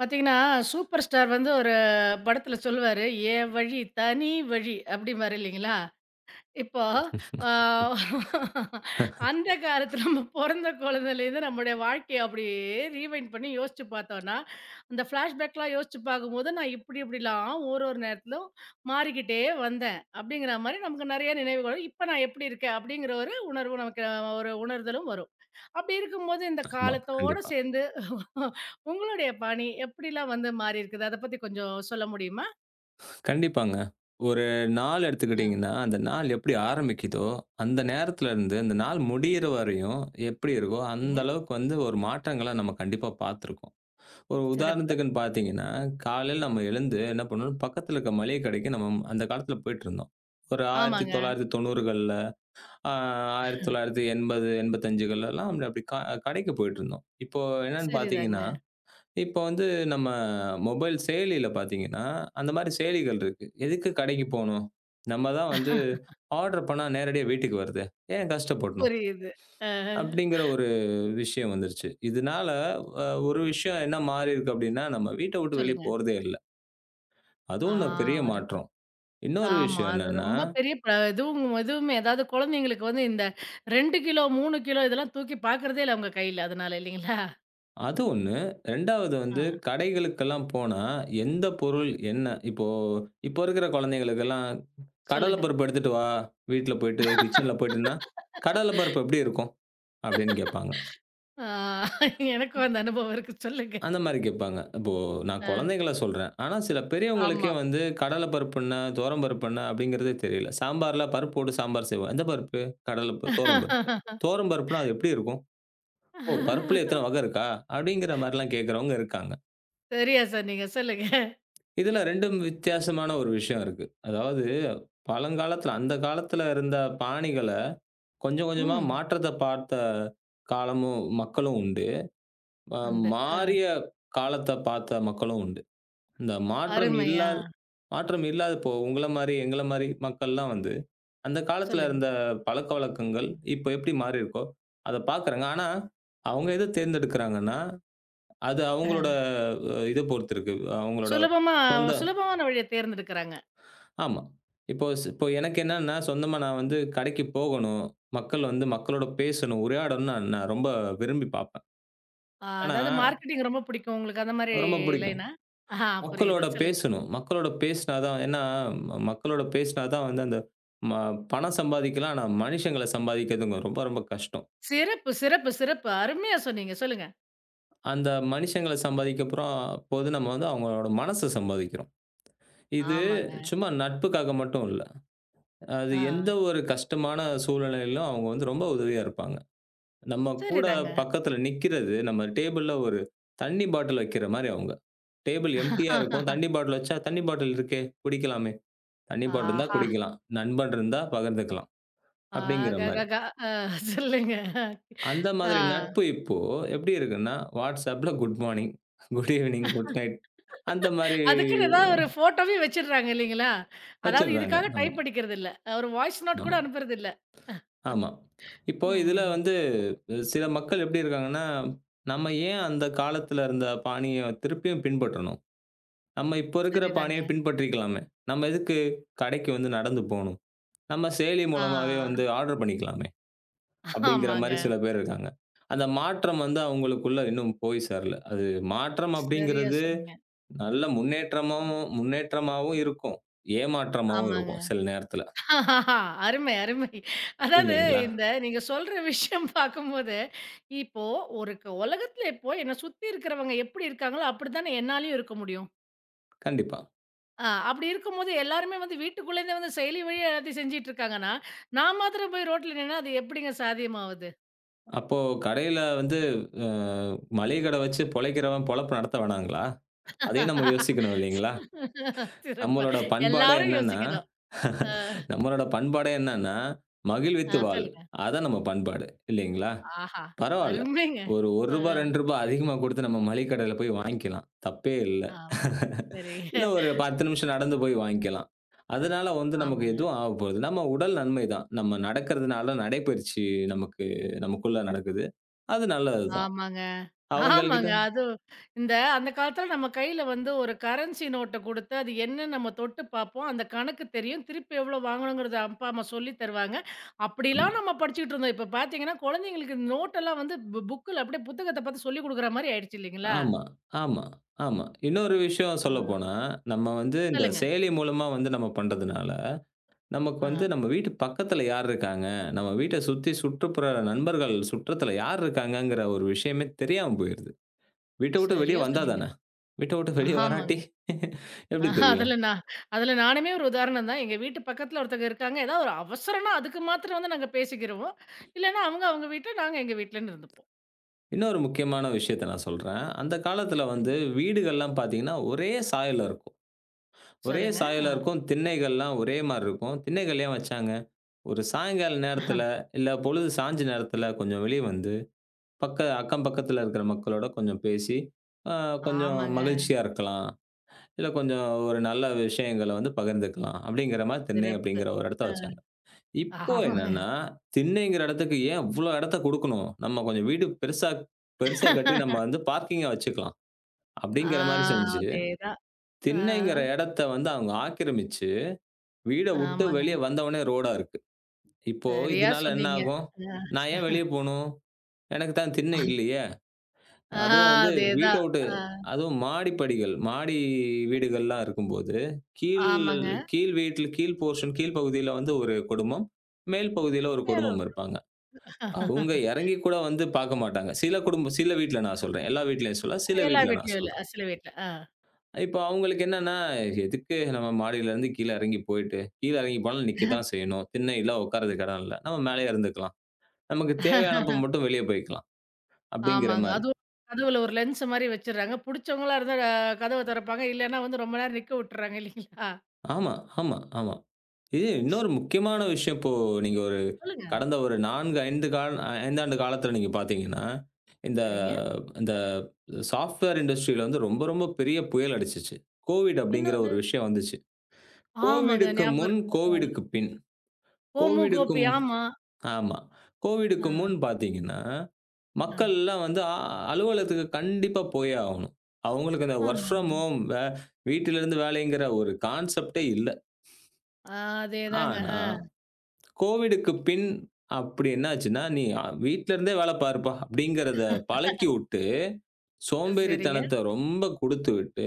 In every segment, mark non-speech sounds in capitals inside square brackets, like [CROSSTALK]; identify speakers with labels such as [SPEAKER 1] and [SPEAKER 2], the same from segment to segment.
[SPEAKER 1] பார்த்தீங்கன்னா, super star வந்து ஒரு படத்துல சொல்லுவாரு, "என் வழி தனி வழி" அப்படிம்பாரு இல்லைங்களா? இப்போ ஆ, அந்த காலத்துல நம்ம பொறந்த குழந்தையிலேருந்து நம்முடைய வாழ்க்கைய அப்படியே ரீவைண்ட் பண்ணி யோசிச்சு பார்த்தோன்னா, அந்த ஃப்ளாஷ்பேக்லாம் யோசிச்சு பார்க்கும்போது, "நான் இப்படி இப்படிலாம் ஒரு ஒரு நேரத்திலும் மாறிக்கிட்டே வந்தேன்" அப்படிங்கிற மாரி நமக்கு நெறைய நினைவுகள். "இப்ப நான் எப்படி இருக்கேன்?" அப்படிங்கிற ஒரு உணர்வு நமக்கு ஒரு உணர்தலும் வரும். அப்படி இருக்கும்போது இந்த
[SPEAKER 2] ஆமா.
[SPEAKER 1] காலத்தோட
[SPEAKER 2] கண்டிப்பா.
[SPEAKER 1] சேர்ந்து உங்களுடைய பணி எப்படிலாம் வந்து மாறி இருக்குது? அத பத்தி கொஞ்சம் சொல்ல முடியுமா?
[SPEAKER 2] கண்டிப்பாங்க. ஒரு நாள்
[SPEAKER 1] ஆ.
[SPEAKER 2] எடுத்துக்கிட்டீங்கன்னா, அந்த நாள் எப்படி ஆரம்பிக்குதோ, அந்த நேரத்துல இருந்து அந்த நாள் முடியிற வரையும் எப்படி இருக்கோ, அந்த
[SPEAKER 1] ஏங்க
[SPEAKER 2] அளவுக்கு வந்து ஒரு மாற்றங்கள நம்ம கண்டிப்பா பார்த்துருக்கோம். ஒரு
[SPEAKER 1] சிறப்பு.
[SPEAKER 2] உதாரணத்துக்குன்னு பார்த்தீங்கன்னா, காலையில நம்ம எழுந்து என்ன பண்ணணும், பக்கத்துல இருக்க மளிகை கடைக்கு நம்ம அந்த காலத்துல போயிட்டுருந்தோம். ஒரு
[SPEAKER 1] ஆமாங்க.
[SPEAKER 2] 1990கள்ல, அ 1980, 85கள்லலாம் அப்படி அப்படி கடைக்கு போயிட்டுருந்தோம். இப்போ என்னன்னு பார்த்தீங்கன்னா
[SPEAKER 1] சரிதாங்க.
[SPEAKER 2] இப்போ வந்து நம்ம மொபைல் செயலியில பார்த்தீங்கன்னா, அந்த மாரி செயலிகள் இருக்கு. எதுக்கு கடைக்கு போணும்? நம்ம தான் வந்து ஆர்டர் பண்ணா நேரடியா வீட்டுக்கு வருதே. ஏன் கஷ்டப்படணும்?
[SPEAKER 1] புரியுது. அஹ.
[SPEAKER 2] அப்படிங்கிற ஒரு விஷயம் வந்துருச்சு. இதனால ஒரு விஷயம் என்ன மாறியிருக்கு அப்படின்னா, நம்ம வீட்ட விட்டு வெளிய
[SPEAKER 1] சொல்லுங்க.
[SPEAKER 2] போறதே இல்ல. அது
[SPEAKER 1] ஆ
[SPEAKER 2] ஒண்ணு பெரிய
[SPEAKER 1] அருமை.
[SPEAKER 2] மாற்றம். இன்னொரு
[SPEAKER 1] ஆமா.
[SPEAKER 2] விஷயம்
[SPEAKER 1] அது
[SPEAKER 2] என்னன்னா
[SPEAKER 1] ரொம்ப பெரிய இதுவும் இதுவுமே அதாவது குழந்தைங்களுக்கு வந்து இந்த 2 கிலோ, 3 கிலோ இதெல்லாம் தூக்கி பார்க்கறதே இல்ல அவங்க கையில. அதனால இல்லைங்களா?
[SPEAKER 2] அது ஒண்ணு. 2வது
[SPEAKER 1] ஆ
[SPEAKER 2] வந்து கடைகளுக்கெல்லாம் போனா, எந்த பொருள் என்ன இப்போ இப்போ இருக்கிற குழந்தைகளுக்கெல்லாம் கடலை
[SPEAKER 1] சொல்லுங்க.
[SPEAKER 2] பருப்பு எடுத்துட்டு வா, வீட்ல போயிட்டு கிச்சன்ல போயிட்டுன்னா, கடலை பருப்பு எப்படி இருக்கும்? அப்படின்னு கேட்பாங்க.
[SPEAKER 1] ஆ எனக்கும் அந்த அனுபவம் இருக்கு. சொல்லுங்க.
[SPEAKER 2] அந்த மாரி கேட்பாங்க. இப்போ நான்
[SPEAKER 1] அ
[SPEAKER 2] குழந்தைகள சொல்றேன். ஆனா சில பெரியவங்களுக்கே
[SPEAKER 1] ஆமா.
[SPEAKER 2] வந்து கடலை பருப்பு என்ன? துவரம் பருப்பு என்ன? அப்படிங்கிறதே தெரியல. சாம்பார்ல பருப்பு போட்டு சாம்பார் செய்வோம். எந்த பருப்பு? கடலை பருப்பு, துவரம் பருப்பு. துவரம் பருப்புனா அது எப்படி இருக்கும்? ஓ! பருப்புல இத்தன வகை இருக்கா? அப்படிங்கிற மாரிலாம் கேட்கிறவங்க இருக்காங்க.
[SPEAKER 1] சரியா சொன்னீங்க. சொல்லுங்க.
[SPEAKER 2] இதுல 2ம் வித்தியாசமான ஒரு விஷயம் இருக்கு. அதாவது பழங்காலத்துல, அந்த காலத்துல இருந்த பாணிகள கொஞ்சம் கொஞ்சமா
[SPEAKER 1] ம்.
[SPEAKER 2] மாற்றத்த பார்த்த காலமும் மக்களும் உண்டு. அ
[SPEAKER 1] உண்டு. ஆ.
[SPEAKER 2] மாறிய காலத்த பார்த்த மக்களும் உண்டு. இந்த மாற்றம்
[SPEAKER 1] அருமை.
[SPEAKER 2] இல்லா
[SPEAKER 1] ஆ.
[SPEAKER 2] மாற்றம் இல்லாதப்போ உங்கள மாரி, எங்கள மாரி மக்கள்லாம் வந்து, அந்த காலத்துல
[SPEAKER 1] சொல்லுங்க.
[SPEAKER 2] இருந்த பழக்கவழக்கங்கள் இப்ப எப்படி மாறியிருக்கோ, அத பார்க்குறாங்க. ஆனா, அவங்க எத தேர்ந்தெடுக்கிறாங்கன்னா, அது
[SPEAKER 1] ஆ.
[SPEAKER 2] அவங்களோட இத பொறுத்து இருக்கு. அவங்களோட
[SPEAKER 1] சுலபமா
[SPEAKER 2] சொந்த
[SPEAKER 1] சுலபமான வழிய தேர்ந்தெடுக்குறாங்க.
[SPEAKER 2] ஆமா. இப்போ எனக்கு என்னன்னா, சொந்தமா நான் வந்து கடைக்கு போகணும். மக்கள் வந்து மக்களோட பேசணும், உரையாடணும்னு நான் நான் ரொம்ப விரும்பி பார்ப்பேன். ஏன்னா,
[SPEAKER 1] அதாவது மார்க்கெட்டிங் ரொம்ப பிடிக்கும் உங்களுக்கு அந்த மாரி
[SPEAKER 2] ரொம்ப பிடிக்கும்.
[SPEAKER 1] லைனா? ஆஹா புரியுது.
[SPEAKER 2] மக்களோட
[SPEAKER 1] சொல்லுங்க.
[SPEAKER 2] பேசணும். மக்களோட பேசினா தான் ஏன்னா, மக்களோட பேசினா தான் வந்து அந்த ம பணம் சம்பாதிக்கலாம். ஆனா, மனுஷங்கள சம்பாதிக்கிறதுங்க ரொம்ப ரொம்ப கஷ்டம்.
[SPEAKER 1] சிறப்பு, சிறப்பு, சிறப்பு. அருமையா சொன்னீங்க. சொல்லுங்க.
[SPEAKER 2] அந்த மனுஷங்கள சம்பாதிக்க அப்புறம் போது நம்ம வந்து அவங்களோட மனச சம்பாதிக்கிறோம். இது
[SPEAKER 1] ஆமாங்க.
[SPEAKER 2] சும்மா நட்புக்காக மட்டும் இல்ல. அது
[SPEAKER 1] ஆ.
[SPEAKER 2] எந்த ஒரு கஷ்டமான சூழ்நிலையிலும் அவங்க வந்து ரொம்ப உதவியா இருப்பாங்க. நம்ம கூட
[SPEAKER 1] சரிதாங்க.
[SPEAKER 2] பக்கத்துல நிக்கிறது, நம்ம டேபிள்ல ஒரு தண்ணீ பாட்டில் வைக்கிற மாரி அவுங்க. டேபிள் எம்ப்டியா இருக்கும். தண்ணீ பாட்டில் வச்சா, "தண்ணீ பாட்டில் இருக்கே, குடிக்கலாமே. தண்ணீ பாட்டில் இருந்தா
[SPEAKER 1] ஆஹா!
[SPEAKER 2] குடிக்கலாம். நண்பன் இருந்தா பகிர்ந்துக்கலாம்." அப்படிங்கிற மாரி.
[SPEAKER 1] ஆகககா! அ சொல்லுங்க.
[SPEAKER 2] அந்த
[SPEAKER 1] ஆ.
[SPEAKER 2] மாதிரி நட்பு இப்போ எப்படி இருக்குன்னா, WhatsAppல good morning, good evening, good night அந்த மாரி
[SPEAKER 1] அதுக்குன்னு ஏதாவது ஒரு ஃபோட்டோவே வச்சுடுறாங்க இல்லைங்களா? அதாவது
[SPEAKER 2] வச்சுடுறாங்க.
[SPEAKER 1] இதுக்காக
[SPEAKER 2] ஆமா,
[SPEAKER 1] டைப் அடிக்கிறதில்ல. ஒரு வாய்ஸ் நோட்
[SPEAKER 2] ஆமா,
[SPEAKER 1] கூட அனுப்புறதில்ல.
[SPEAKER 2] ஆமா. இப்போ இதுல
[SPEAKER 1] ம்.
[SPEAKER 2] வந்து சில மக்கள் எப்படி இருக்காங்கன்னா, நம்ம ஏன் அந்த காலத்துல இருந்த பாணிய திருப்பியும் பின்பற்றணும்? நம்ம இப்போ இருக்கிற பாணிய
[SPEAKER 1] சரிதாங்க.
[SPEAKER 2] பின்பற்றிக்கலாமே! நம்ம எதுக்கு கடைக்கு வந்து நடந்து போணும்? நம்ம செயலி
[SPEAKER 1] ஆ.
[SPEAKER 2] மூலமாவே வந்து ஆர்டர் பண்ணிக்கலாமே! அப்படிங்கிற
[SPEAKER 1] ஆமாங்க.
[SPEAKER 2] மாரி சில பேர் இருக்காங்க. அந்த மாற்றம் வந்து அவங்களுக்குள்ள இன்னும் போய் சேரல. அது மாற்றம்
[SPEAKER 1] சரியா
[SPEAKER 2] அப்படிங்கிறது
[SPEAKER 1] சொன்னீங்க.
[SPEAKER 2] நல்ல முன்னேற்றமாவும் முன்னேற்றமாவும் இருக்கும். ஏமாற்றமாவும்
[SPEAKER 1] ஆமாங்க.
[SPEAKER 2] இருக்கும் சில நேரத்தில.
[SPEAKER 1] [LAUGHS] அருமை, அருமை. அதாவது
[SPEAKER 2] இல்லைங்களா?
[SPEAKER 1] இந்த நீங்க சொல்ற விஷயம் பார்க்கும்போது, இப்போ ஒரு உலகத்துல இப்போ என்ன சுத்தி இருக்கிறவங்க எப்படி இருக்காங்களோ, அப்படித்தானே என்னாலயும் இருக்க முடியும்.
[SPEAKER 2] கண்டிப்பா.
[SPEAKER 1] அப்படி இருக்கும்போது எல்லாருமே வந்து வீட்டுக்குள்ளேருந்தே வந்து செயலி வழியா எல்லாத்தையும் செஞ்சுட்டு இருக்காங்கன்னா, நான் மாத்திரம் போய் ரோட்ல நின்னா அது எப்படிங்க சாத்தியமாவது?
[SPEAKER 2] அப்போ கடையில வந்து அ மளிகை கடை வச்சு பொழைக்கிறவன் பொழப்பு நடத்த வேணாங்களா? அதையும் நம்ம
[SPEAKER 1] [LAUGHS]
[SPEAKER 2] யோசிக்கணும் இல்லைங்களா?
[SPEAKER 1] சிறப்பா.
[SPEAKER 2] நம்மளோட பண்பாடே
[SPEAKER 1] எல்லாரும்
[SPEAKER 2] என்னன்னா,
[SPEAKER 1] யோசிக்கணும். அ,
[SPEAKER 2] [LAUGHS] நம்மளோட பண்பாடே என்னன்னா, மகிழ்வித்து வாழ்.
[SPEAKER 1] சொல்லுங்க.
[SPEAKER 2] அதான் நம்ம பண்பாடு. இல்லைங்களா?
[SPEAKER 1] ஆஹா!
[SPEAKER 2] பரவால்ல.
[SPEAKER 1] அருமைங்க.
[SPEAKER 2] ஒரு ரூ. 1
[SPEAKER 1] அ
[SPEAKER 2] ரூ. 2 அதிகமா குடுத்து நம்ம மளிகை கடையில போய் வாங்கிக்கலாம். தப்பே இல்ல. இல்ல
[SPEAKER 1] ஆமாங்க. சரிங்க.
[SPEAKER 2] [LAUGHS] ஒரு 10 நிமிஷம் நடந்து போய் வாங்கிக்கலாம். அதனால வந்து நமக்கு
[SPEAKER 1] ஆமா.
[SPEAKER 2] எதுவும் ஆகப்போறது நம்ம உடல் நன்மை தான். நம்ம நடக்கிறதுனால நடைப்பயிற்சி நமக்கு நமக்குள்ள நடக்குது. அது நல்லது தான்.
[SPEAKER 1] ஆமாங்க.
[SPEAKER 2] அவங்கள்கிட்ட
[SPEAKER 1] ஆமாங்க. அதுவும் இந்த அந்த காலத்துல நம்ம கையில வந்து ஒரு கரன்சி நோட்ட குடுத்து, அது என்னன்னு நம்ம தொட்டு பார்ப்போம். அந்த கணக்கு தெரியும். திருப்பி எவ்வளோ வாங்கணுங்கிறத அப்பா, அம்மா சொல்லி தருவாங்க. அப்படிலாம் நம்ம படிச்சுக்கிட்டு இருந்தோம். இப்ப பார்த்தீங்கன்னா, குழந்தைங்களுக்கு நோட்டெல்லாம் வந்து புக்குல அப்படியே புத்தகத்த பார்த்து சொல்லிக் குடுக்குற மாரி ஆயிடுச்சு இல்லைங்களா?
[SPEAKER 2] ஆமா, ஆமா, ஆமா. இன்னொரு விஷயம்
[SPEAKER 1] ஆ.
[SPEAKER 2] சொல்லப்போனா, நம்ம வந்து இந்த
[SPEAKER 1] சொல்லுங்க.
[SPEAKER 2] செயலி மூலமா வந்து நம்ம பண்றதுனால, நமக்கு
[SPEAKER 1] ஆ.
[SPEAKER 2] வந்து நம்ம வீட்டு பக்கத்துல யார் இருக்காங்க? நம்ம வீட்ட சுத்தி சுற்றுப்புற நண்பர்கள் சுற்றத்துல யார் இருக்காங்கங்கிற ஒரு விஷயமே தெரியாம போயிருது. வீட்ட விட்டு வெளிய
[SPEAKER 1] சரியா
[SPEAKER 2] வந்தா
[SPEAKER 1] சொன்னீங்க.
[SPEAKER 2] தானே! வீட்ட விட்டு வெளிய
[SPEAKER 1] ஆமாங்க.
[SPEAKER 2] வராட்டி எப்படி
[SPEAKER 1] ஆஹா,
[SPEAKER 2] தெரியும்?
[SPEAKER 1] அதுல நானுமே ஒரு உதாரணம் தான். எங்க வீட்டு பக்கத்துல ஒருத்தங்க இருக்காங்க. ஏதாவது ஒரு அவசரம்னா அதுக்கு மாத்திரம் வந்து நாங்க பேசிக்கிருவோம். இல்லன்னா அவங்க அவங்க வீட்ல, நாங்க எங்க வீட்லன்னு இருந்துப்போம்.
[SPEAKER 2] இன்னொரு முக்கியமான விஷயத்த நான் சொல்றேன். அந்த காலத்துல வந்து வீடுகள்லாம் பார்த்தீங்கன்னா, ஒரே சாயல்ல இருக்கும். ஒரே
[SPEAKER 1] சொல்லுங்க.
[SPEAKER 2] சாயல்ல
[SPEAKER 1] அ.
[SPEAKER 2] இருக்கும். திண்ணைகள்லாம் ஒரே மாரி இருக்கும். திண்ணைகள் ஏன் வச்சாங்க? ஒரு சாயங்கால நேரத்தில, இல்ல பொழுது சாய்ஞ்ச நேரத்தில கொஞ்சம் வெளிய வந்து, அக்கம் பக்கத்தில இருக்கிற மக்களோட கொஞ்சம் பேசி, அ கொஞ்சம்
[SPEAKER 1] ஆமாங்க.
[SPEAKER 2] மகிழ்ச்சியா இருக்கலாம். இல்ல கொஞ்சம் ஒரு நல்ல விஷயங்கள வந்து பகிர்ந்துக்கலாம். அப்படிங்கிற மாரி திண்ணை
[SPEAKER 1] சிறப்பு.
[SPEAKER 2] அப்படிங்கிற ஒரு இடத்த
[SPEAKER 1] அ
[SPEAKER 2] வச்சாங்க. இப்போ
[SPEAKER 1] ஆமாங்க.
[SPEAKER 2] என்னன்னா, திண்ணைங்கிற இடத்துக்கு ஏன் இவ்வளோ இடத்த குடுக்கணும்? நம்ம கொஞ்சம் வீடு பெருசா பெருசா கட்டி நம்ம வந்து பார்க்கிங்கா வச்சுக்கலாம்.
[SPEAKER 1] ஆ
[SPEAKER 2] அப்படிங்கிற மாரி செஞ்சு,
[SPEAKER 1] அதேதான். ஆ
[SPEAKER 2] திண்ணைங்கிற இடத்த வந்து அவங்க ஆக்கிரமிச்சு, வீட வுட்டு
[SPEAKER 1] ஆமாங்க.
[SPEAKER 2] வெளிய வந்த உடனே ரோடா இருக்கு. இப்போ
[SPEAKER 1] சரியா
[SPEAKER 2] இதனால என்ன
[SPEAKER 1] சொன்னீங்க.
[SPEAKER 2] ஆகும்?
[SPEAKER 1] அ
[SPEAKER 2] நான் ஏன் வெளிய போணும்? எனக்கு தான் திண்ணை இல்லையே!
[SPEAKER 1] ஆ
[SPEAKER 2] அதுவும் வந்து வீட்ட
[SPEAKER 1] அதேதான்.
[SPEAKER 2] விட்டு
[SPEAKER 1] அ
[SPEAKER 2] அதுவும் மாடி படிகள், மாடி வீடுகள்லாம் இருக்கும்போது, கீழ்
[SPEAKER 1] ஆமாங்க.
[SPEAKER 2] கீழ் வீட்ல கீழ் போர்ஷன் கீழ் பகுதியில வந்து ஒரு குடும்பம், மேல் பகுதியில ஒரு குடும்பம்
[SPEAKER 1] மேலும்
[SPEAKER 2] இருப்பாங்க. அவுங்க எறங்கி கூட வந்து பாக்க மாட்டாங்க. சில வீட்ல நான் சொல்றேன். எல்லா வீட்லயும் சொல்லல, சில
[SPEAKER 1] எல்லா
[SPEAKER 2] வீட்ல நான்
[SPEAKER 1] வீட்லயும் இல்ல.
[SPEAKER 2] சொல்றேன்.
[SPEAKER 1] சில வீட்ல. ஆ.
[SPEAKER 2] இப்போ அவுங்களுக்கு என்னன்னா, எதுக்கு நம்ம மாடியிலருந்து கீழ எறங்கி போயிட்டு, கீழ எறங்கி போனா நிக்க தான் செய்யணும். திண்ணையில உட்கார்றதுக்கு இடம் இல்ல. நம்ம மேலயே இருந்துக்கலாம். நமக்கு தேவையானப்ப மட்டும் வெளிய போய்க்கலாம். அப்படிங்கிற
[SPEAKER 1] ஆமாங்க.
[SPEAKER 2] மாரி.
[SPEAKER 1] அதுவும் கதவுல ஒரு லென்ஸ் மாரி வச்சுடுறாங்க. புடிச்சவங்களா இருந்தா கதவ தொறப்பாங்க. இல்லன்னா வந்து ரொம்ப நேரம் நிக்க விட்டுறாங்க இல்லீங்களா?
[SPEAKER 2] ஆமா, ஆமா, ஆமா. இது இன்னொரு முக்கியமான விஷயம் இப்போ நீங்க ஒரு
[SPEAKER 1] சொல்லுங்க.
[SPEAKER 2] கடந்த ஒரு 4, 5 ஆண்டு காலத்துல நீங்க பார்த்தீங்கன்னா, இந்த
[SPEAKER 1] சரிங்க.
[SPEAKER 2] இந்த சாஃப்ட்வேர் இண்டஸ்ட்ரியில வந்து ரொம்ப ரொம்ப பெரிய புயல் அடிச்சுச்சு. கோவிட் அப்படிங்கிற
[SPEAKER 1] என்னது?
[SPEAKER 2] ஒரு விஷயம் வந்துச்சு.
[SPEAKER 1] ஆமாங்க.
[SPEAKER 2] கோவிடுக்கு
[SPEAKER 1] ஞாபகம்
[SPEAKER 2] முன்,
[SPEAKER 1] இருக்கு.
[SPEAKER 2] கோவிடுக்கு பின்.
[SPEAKER 1] ஓமு கோபி
[SPEAKER 2] கோவிடுக்கும்
[SPEAKER 1] ஆமா.
[SPEAKER 2] ஆமா. கோவிடுக்கு
[SPEAKER 1] அ,
[SPEAKER 2] முன் பார்த்தீங்கன்னா,
[SPEAKER 1] அ.
[SPEAKER 2] மக்கள்லாம் வந்து அலுவலகத்துக்கு கண்டிப்பா போயே ஆகணும். அவங்களுக்கு அந்த வொர்க்
[SPEAKER 1] ஆமாங்க.
[SPEAKER 2] ஃப்ரம் ஹோம் வீட்டிலிருந்து வேலைங்கிற ஒரு கான்செப்ட்டே இல்ல.
[SPEAKER 1] ஆ அதேதாங்க.
[SPEAKER 2] ஆனா
[SPEAKER 1] ஆ
[SPEAKER 2] கோவிடுக்கு பின் அப்படி என்ன ஆச்சுன்னா, "நீ வீட்ல இருந்தே வேலை பாருப்பா" அப்படிங்கிறத பழக்கி வுட்டு,
[SPEAKER 1] சரிங்க.
[SPEAKER 2] சோம்பேறித்தனத்த ரொம்ப குடுத்து விட்டு,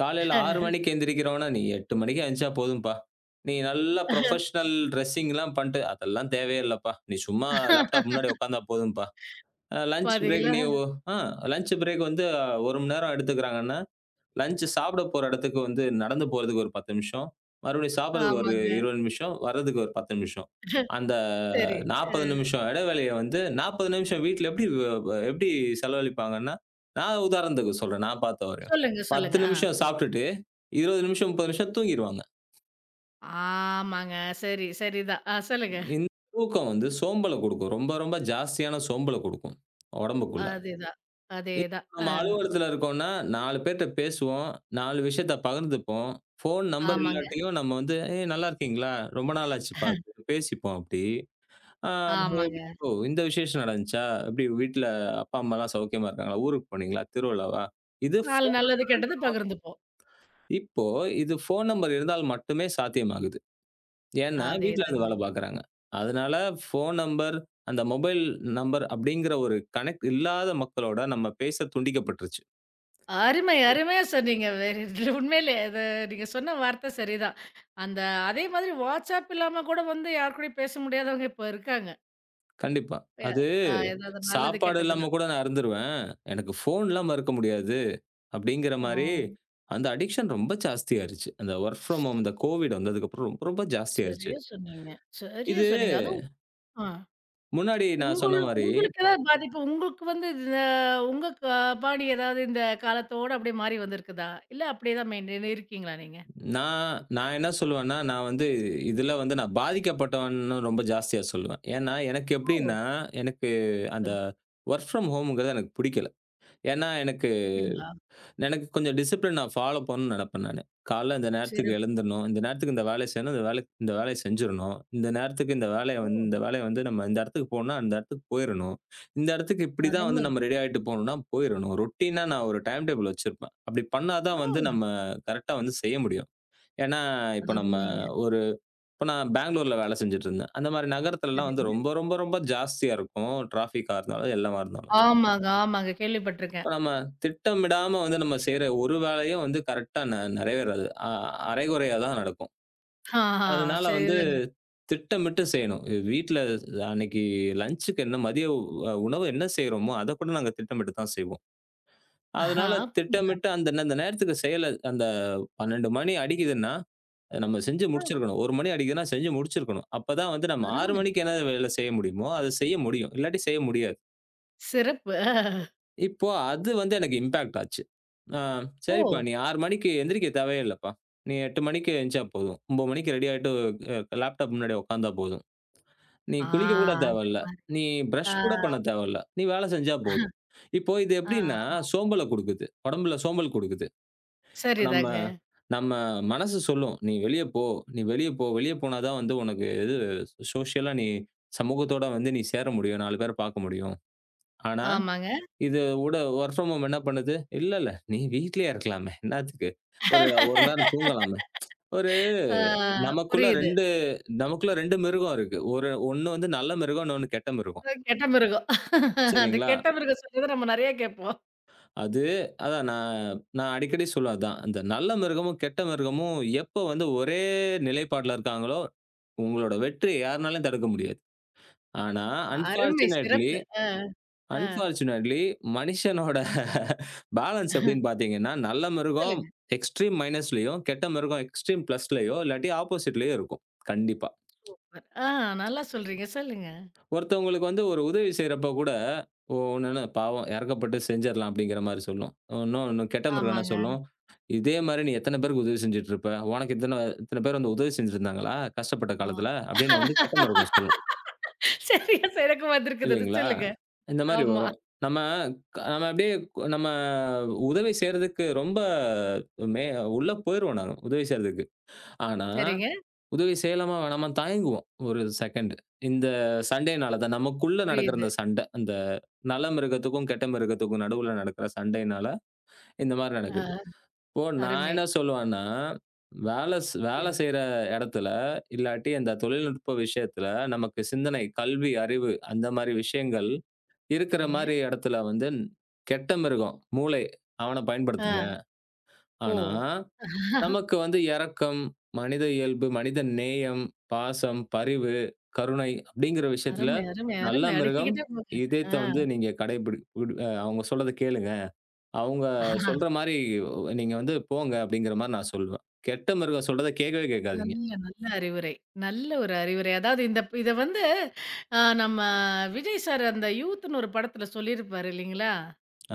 [SPEAKER 2] காலையில 6 மணிக்கு எந்திரிக்கிறவன, "நீ 8 மணிக்கு எந்திரிச்சா போதும்பா. நீ நல்லா ப்ரொஃபஷனல் ட்ரெஸ்ஸிங்லாம் பண்ட்டு, அதெல்லாம் தேவையே இல்லப்பா. நீ சும்மா லேப்டாப் முன்னாடி உட்காந்தா போதும்பா. லஞ்ச் பிரேக்
[SPEAKER 1] பாத்தீங்களா?
[SPEAKER 2] நீ ஒ" ஆ லஞ்ச் பிரேக் வந்து 1 மணி நேரம் எடுத்துக்கிறாங்கன்னா, லஞ்ச் சாப்பிட போற இடத்துக்கு வந்து நடந்து போறதுக்கு ஒரு 10 நிமிஷம். மறுபடியும் சாப்பிடுறதுக்கு ஒரு
[SPEAKER 1] ஆமாங்க.
[SPEAKER 2] 20 நிமிஷம். வர்றதுக்கு ஒரு 10 நிமிஷம். அந்த
[SPEAKER 1] சரி. அ
[SPEAKER 2] 40 நிமிஷம் இடைவேளைய வந்து 40 நிமிஷம் வீட்ல எப்படி வ வ எப்படி செலவழிப்பாங்கன்னா, நான் உதாரணத்துக்கு சொல்றேன். நான் பார்த்தவரையும்.
[SPEAKER 1] சொல்லுங்க,
[SPEAKER 2] 10
[SPEAKER 1] சொல்லுங்க. ஆ
[SPEAKER 2] நிமிஷம்
[SPEAKER 1] சொல்லுங்க.
[SPEAKER 2] சாப்பிட்டுட்டு 20 நிமிஷம், 30 நிமிஷம் தூங்கிருவாங்க.
[SPEAKER 1] ஆமாங்க. சரி, சரிதான். ஆ சொல்லுங்க.
[SPEAKER 2] இந்த தூக்கம் வந்து சோம்பல குடுக்கும். ரொம்ப ரொம்ப ஜாஸ்தியான சோம்பல குடுக்கும் உடம்புக்குள்ள.
[SPEAKER 1] அதேதான்,
[SPEAKER 2] இப்
[SPEAKER 1] அதேதான். அ
[SPEAKER 2] நம்ம அலுவலகத்துல இருக்கோம்னா, 4 பேர்ட்ட பேசுவோம். 4 விஷயத்த பகிர்ந்துப்போம். Phone number.
[SPEAKER 1] ஆமாங்க,
[SPEAKER 2] இல்லாட்டியும் நம்ம வந்து, "ஏய் நல்லா இருக்கீங்களா? ரொம்ப நாள் ஆச்சு பார்த்து." பேசிப்போம் அப்படி. ஆ எப்படி
[SPEAKER 1] ஆமாங்க.
[SPEAKER 2] "ஓ! இந்த விசேஷம் நடந்துச்சா? எப்படி வீட்ல அப்பா, அம்மாலாம் சௌக்கியமா இருக்காங்களா? ஊருக்கு போனீங்களா? திருவிழாவா?" இது
[SPEAKER 1] 4
[SPEAKER 2] ஃபோ
[SPEAKER 1] நல்லது, கெட்டது பகிர்ந்துப்போம்.
[SPEAKER 2] இப்போ இது ஃபோன் நம்பர் இருந்தால் மட்டுமே சாத்தியமாகுது. ஏன்னா, வீட்ல இருந்து
[SPEAKER 1] அதேதாங்க.
[SPEAKER 2] வேலை பார்க்குறாங்க. அதனால ஃபோன் நம்பர், அந்த மொபைல் நம்பர் அப்படிங்கிற ஒரு கனெக்ட் இல்லாத மக்களோட நம்ம பேச துண்டிக்கப்பட்டுருச்சு.
[SPEAKER 1] அருமை, அருமையா சொன்னீங்க. வேற இது உண்மையிலே அது நீங்க சொன்ன வார்த்தை சரிதான். அந்த அதே மாதிரி WhatsApp இல்லாம கூட வந்து யார் கூடயும் பேச முடியாதவங்க இப்ப இருக்காங்க.
[SPEAKER 2] கண்டிப்பா.
[SPEAKER 1] எ
[SPEAKER 2] அது
[SPEAKER 1] அ ஏதாவது நல்லது,
[SPEAKER 2] சாப்பாடு இல்லாம
[SPEAKER 1] கெட்டதுன்னு.
[SPEAKER 2] கூட நான் இருந்துருவேன். எனக்கு ஃபோன் இல்லாம இருக்க முடியாது. அப்படிங்கிற
[SPEAKER 1] ஆ.
[SPEAKER 2] மாரி அந்த அடிக்ஷன் ரொம்ப ஜாஸ்தியாயிருச்சு. அந்த வொர்க் ஃப்ரம் ஹோம் இந்த கோவிட் வந்ததுக்கப்புறம் ரொம்ப, ரொம்ப ஜாஸ்தியாயிருச்சு.
[SPEAKER 1] சரியா சொன்னீங்க, சரியா
[SPEAKER 2] இது
[SPEAKER 1] சொன்னீங்க. அதுவும் ஆ.
[SPEAKER 2] முன்னாடி நான் சொன்ன
[SPEAKER 1] உங்கள்
[SPEAKER 2] மாரி,
[SPEAKER 1] உங்களுக்கு ஏதாவது பாதிப்பு உங்களுக்கு வந்து இந்த உங்க பாணி ஏதாவது இந்த காலத்தோட அப்படியே மாறி வந்திருக்குதா? இல்ல அப்படியே தான் மெயின்டெய்ன் இருக்கீங்களா நீங்க?
[SPEAKER 2] நான் நான் என்ன சொல்லுவேன்னா, நான் வந்து இதில வந்து நான் பாதிக்கப்பட்டவன்னு ரொம்ப ஜாஸ்தியா சொல்லுவேன். ஏன்னா, எனக்கு
[SPEAKER 1] ஓ!
[SPEAKER 2] எப்படின்னா, எனக்கு அந்த
[SPEAKER 1] சொல்லுங்க.
[SPEAKER 2] வொர்க் ஃப்ரம் ஹோம்ங்கிறது எனக்கு பிடிக்கல. ஏன்னா, எனக்கு
[SPEAKER 1] அப்படிங்களா?
[SPEAKER 2] எனக்கு கொஞ்சம் டிசிப்ளின் நான் ஃபாலோ பண்ணணும்னு நினைப்பேன் நானு. காலைல இந்த நேரத்துக்கு
[SPEAKER 1] சிறப்பு.
[SPEAKER 2] எழுந்துரணும். இந்த நேரத்துக்கு இந்த வேலைய செய்யணும். இந்த வேலைய செஞ்சிரணும். இந்த நேரத்துக்கு
[SPEAKER 1] ஓ!
[SPEAKER 2] இந்த வேலைய வந்து நம்ம இந்த இடத்துக்கு போணும்னா, அந்த இடத்துக்கு போயிரணும். இந்த இடத்துக்கு இப்படி தான் வந்து
[SPEAKER 1] அருமை.
[SPEAKER 2] நம்ம ரெடி ஆயிட்டு போணும்னா போயிரணும். ரொட்டீனா நான் ஒரு டைம் டேபிள் வச்சிருப்பேன். அப்படி பண்ணா தான் வந்து
[SPEAKER 1] ஆ
[SPEAKER 2] நம்ம கரெக்ட்டா வந்து செய்ய முடியும். ஏன்னா, இப்ப நம்ம
[SPEAKER 1] அருமைங்க.
[SPEAKER 2] ஒரு இப்ப நான் பெங்களூர்ல வேலை செஞ்சுட்டு இருந்தேன். அந்த மாரி நகரத்துலலாம் வந்து
[SPEAKER 1] சரிங்க.
[SPEAKER 2] ரொம்ப ரொம்ப ரொம்ப ஜாஸ்தியா இருக்கும். டிராஃபிக்கா இருந்தாலும், எல்லாமா இருந்தாலும்.
[SPEAKER 1] ஆமாங்க, ஆமாங்க.
[SPEAKER 2] இப்ப
[SPEAKER 1] கேள்விப்பட்டுருக்கேன்.
[SPEAKER 2] நம்ம திட்டமிடாம வந்து நம்ம செய்ற ஒரு வேலையும் வந்து கரெக்ட்டா நிறைவேறாது. அரைகுறையா தான் நடக்கும்.
[SPEAKER 1] ஆஹா
[SPEAKER 2] அதனால வந்து
[SPEAKER 1] சரிதாங்க.
[SPEAKER 2] திட்டமிட்டு செய்யணும். இது வீட்ல அன்னைக்கு லஞ்சுக்கு என்ன மதிய உணவு என்ன செய்றோமோ, அத கூட நாங்க திட்டமிட்டு தான் செய்வோம்.
[SPEAKER 1] ஆஹா
[SPEAKER 2] அதனால
[SPEAKER 1] அப்படிங்களா?
[SPEAKER 2] திட்டமிட்டு அந்த நேரத்துக்கு செய்யல அந்த 12 மணி அடிக்குதுன்னா, அத நம்ம செஞ்சு
[SPEAKER 1] ஆ
[SPEAKER 2] முடிச்சிருக்கணும். 1 மணி அடிக்குதுன்னா செஞ்சு முடிச்சிருக்கணும். அப்பதான் வந்து நம்ம 6
[SPEAKER 1] அருமை.
[SPEAKER 2] மணிக்கு என்ன வேலை செய்ய முடியுமோ, அத செய்ய முடியும். இல்லாட்டி செய்ய முடியாது.
[SPEAKER 1] சிறப்பு.
[SPEAKER 2] இப்போ அது வந்து எனக்கு இம்பாக்ட் ஆச்சு. ஆ சரிப்பா
[SPEAKER 1] ஓ!
[SPEAKER 2] நீ 6 மணிக்கு எந்திரிக்க தேவையே இல்லப்பா. நீ 8 மணிக்கு எந்திச்சா போதும். 9 மணிக்கு ரெடி ஆயிட்டு லேப்டாப் முன்னாடி உட்கார்ந்தா போதும். நீ
[SPEAKER 1] ஆ
[SPEAKER 2] குளிக்க கூட
[SPEAKER 1] அது
[SPEAKER 2] தேவையில்ல. நீ பிரஷ்
[SPEAKER 1] ஆ
[SPEAKER 2] கூட பண்ண தேவையில்ல. நீ வேலை செஞ்சா போதும். இப்போ இது
[SPEAKER 1] ஆ
[SPEAKER 2] எப்படின்னா,
[SPEAKER 1] ஆமா.
[SPEAKER 2] சோம்பல குடுக்குது. உடம்புல சோம்பல் குடுக்குது. இப்ப நம்ம
[SPEAKER 1] சரிதாங்க.
[SPEAKER 2] நம்ம மனசு சொல்லும். "நீ வெளிய போ, நீ வெளிய போ. வெளிய போனா தான் வந்து உனக்கு இது சோஷியலா நீ சமூகத்தோட வந்து நீ சேர முடியும். 4 பேர பார்க்க முடியும்." ஆனா
[SPEAKER 1] ஆமாங்க.
[SPEAKER 2] இது உட வொர்க் ஃப்ரம் ஹோம் என்ன பண்ணுது? இல்ல, இல்ல. நீ வீட்லயே இருக்கலாமே! என்னாத்துக்கு? ஒரு 1 மணி நேரம் தூங்கலாமே! ஒரு
[SPEAKER 1] ஆ
[SPEAKER 2] நமக்குள்ள
[SPEAKER 1] புரியுது.
[SPEAKER 2] 2 நமக்குள்ள 2 மிருகம் இருக்கு. ஒண்ணு வந்து நல்ல மிருகம், இன்னொன்னு கெட்ட மிருகம்.
[SPEAKER 1] அ கெட்ட மிருகம். அந்த
[SPEAKER 2] சரிங்களா?
[SPEAKER 1] கெட்ட மிருகம் சொன்னத நம்ம நெறைய கேட்போம்.
[SPEAKER 2] அது அதான் நான் நான் அடிக்கடி சொல்லுவேன் அதான். அந்த நல்ல மிருகமும், கெட்ட மிருகமும் எப்போ வந்து ஒரே நிலைப்பாட்டுல இருக்காங்களோ, உங்களோட வெற்றிய யாருனாலயும் தடுக்க முடியாது. ஆனா,
[SPEAKER 1] அருமை!
[SPEAKER 2] அன்பார்ச்சுனேட்லி
[SPEAKER 1] சிறப்பு. அ, அ.
[SPEAKER 2] அன்பார்ச்சுனேட்லி மனிஷனோட பேலன்ஸ் [LAUGHS] எப்படின்னு பார்த்தீங்கன்னா, நல்ல மிருகம்
[SPEAKER 1] சொல்லுங்க.
[SPEAKER 2] எக்ஸ்ட்ரீம் மைனஸ்லயும், கெட்ட மிருகம் எக்ஸ்ட்ரீம் பிளஸ்லயோ, இல்லாட்டி ஆப்போசிட்லயோ இருக்கும். கண்டிப்பா.
[SPEAKER 1] ஆ நல்லா சொல்றீங்க. சொல்லுங்க.
[SPEAKER 2] ஒருத்தவங்களுக்கு வந்து ஒரு உதவி செய்றப்ப கூட, "ஓ! உடனே பாவம் இறக்கப்பட்டு செஞ்சிரலாம்" அப்படிங்கிற மாரி சொல்லும். இன்னும் இன்னும் கெட்ட மிருகம் என்ன
[SPEAKER 1] ஆமாங்க.
[SPEAKER 2] சொல்லும், "இதே மாரி நீ எத்தன பேருக்கு உதவி செஞ்சுட்டு இருப்ப? உனக்கு இத்தன இத்தன பேர் வந்து உதவி செஞ்சிருந்தாங்களா? கஷ்டப்பட்ட
[SPEAKER 1] ஆமா.
[SPEAKER 2] காலத்துல" அப்படின்னு வந்து கெட்ட மிருகம் சொல்லும்.
[SPEAKER 1] சரியா எனக்கும் வந்திருக்குது அது.
[SPEAKER 2] இல்லைங்களா?
[SPEAKER 1] சொல்லுங்க.
[SPEAKER 2] இந்த மாரி
[SPEAKER 1] ஆமா.
[SPEAKER 2] வரும். நம்ம க நம்ம அப்படியே கு- நம்ம உதவி செய்றதுக்கு ரொம்ப மே உள்ள போயிருவோம் நாங்க உதவி செய்றதுக்கு. ஆனா,
[SPEAKER 1] சரிங்க.
[SPEAKER 2] உதவி செய்யலாமா வேணாமான்னு தயங்குவோம் ஒரு செகண்ட். இந்த சண்டையினால தான் நமக்குள்ள நடக்கிற
[SPEAKER 1] புரியுது.
[SPEAKER 2] இந்த சண்டை. அந்த நல்ல மிருகத்துக்கும், கெட்ட மிருகத்துக்கும் நடுவுல நடக்கிற சண்டையினால இந்த மாரி
[SPEAKER 1] ஆ
[SPEAKER 2] நடக்குது. இப்போ நான்
[SPEAKER 1] அருமை.
[SPEAKER 2] என்ன சொல்லுவேன்னா, வேலை
[SPEAKER 1] சொல்லுங்க.
[SPEAKER 2] செய்ற இடத்துல, இல்லாட்டி அந்த தொழில்நுட்ப விஷயத்துல நமக்கு சிந்தனை, கல்வி, அறிவு அந்த மாரி விஷயங்கள் இருக்கிற
[SPEAKER 1] சரிங்க.
[SPEAKER 2] மாரி இடத்துல வந்து கெட்ட மிருகம், மூளை அவன பயன்படுத்துங்க.
[SPEAKER 1] ஆ. ஓ!
[SPEAKER 2] ஆனா, நமக்கு வந்து இரக்கம், மனித இயல்பு, மனித நேயம், பாசம், பரிவு, கருணை அப்படிங்கிற விஷயத்துல
[SPEAKER 1] அருமை, அருமை,
[SPEAKER 2] நல்ல
[SPEAKER 1] அருமை.
[SPEAKER 2] மிருகம்
[SPEAKER 1] அடுக்கிக்கிட்டே போங்க. ஆ.
[SPEAKER 2] இதயத்த வந்து நீங்க கடைபிடி விடு அவங்க சொல்றத கேளுங்க. அவங்க
[SPEAKER 1] ஆஹா.
[SPEAKER 2] சொல்ற மாரி நீங்க வந்து போங்க அப்படிங்கிற மாரி நான் சொல்லுவேன். கெட்ட மிருகம் சொல்றத கேட்கவே கேட்காதீங்க.
[SPEAKER 1] நல்ல, நல்ல அறிவுரை. நல்ல ஒரு அறிவுரை. அதாவது இந்த இத வந்து நம்ம விஜய் சார் அந்த யூத்ன்னு ஒரு படத்துல சொல்லியிருப்பாரு இல்லைங்களா?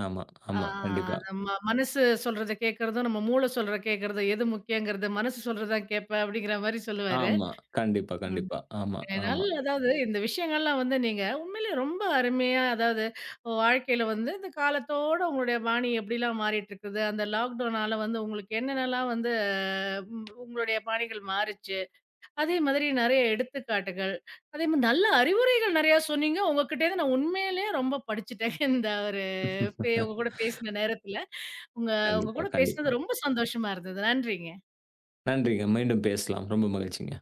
[SPEAKER 2] ஆமா,
[SPEAKER 1] ஆ
[SPEAKER 2] ஆமா. கண்டிப்பா.
[SPEAKER 1] நம்ம மனசு சொல்றத கேட்கறதும், நம்ம மூளை சொல்றத கேட்கறதும் எது முக்கியங்கிறது, மனசு சொல்றத தான் கேட்பேன் அப்படிங்கிற மாரி சொல்லுவாரு.
[SPEAKER 2] ஆமா. கண்டிப்பா,
[SPEAKER 1] உண்மையிலே
[SPEAKER 2] கண்டிப்பா. ஆமா, ஆமா.
[SPEAKER 1] நல்ல அதாவது இந்த விஷயங்கள்லாம் வந்து நீங்க உண்மையிலேயே ரொம்ப அருமையா அதாவது வாழ்க்கையில வந்து இந்த காலத்தோட உங்களுடைய பாணி எப்படிலாம் மாறிட்டு இருக்குது, அந்த லாக்டவுனால வந்து உங்களுக்கு என்னென்னலாம் வந்து ம் உங்களுடைய பாணிகள் மாறுச்சு. அதே மாதிரி நெறைய எடுத்துக்காட்டுகள், அதே மாரி நல்ல அறிவுரைகள் நெறையா சொன்னீங்க. உங்ககிட்டேருந்து நான் உண்மையிலேயே ரொம்ப படிச்சுட்டேன். [LAUGHS] இந்த ஒரு
[SPEAKER 2] [LAUGHS]
[SPEAKER 1] உங்க கூட பேசின நேரத்துல. உங்க உங்க
[SPEAKER 2] கண்டிப்பா,
[SPEAKER 1] கூட
[SPEAKER 2] கண்டிப்பா.
[SPEAKER 1] பேசினது ரொம்ப சந்தோஷமா இருந்தது. நன்றிங்க.
[SPEAKER 2] நன்றிங்க. மீண்டும் பேசலாம். ரொம்ப மகிழ்ச்சிங்க.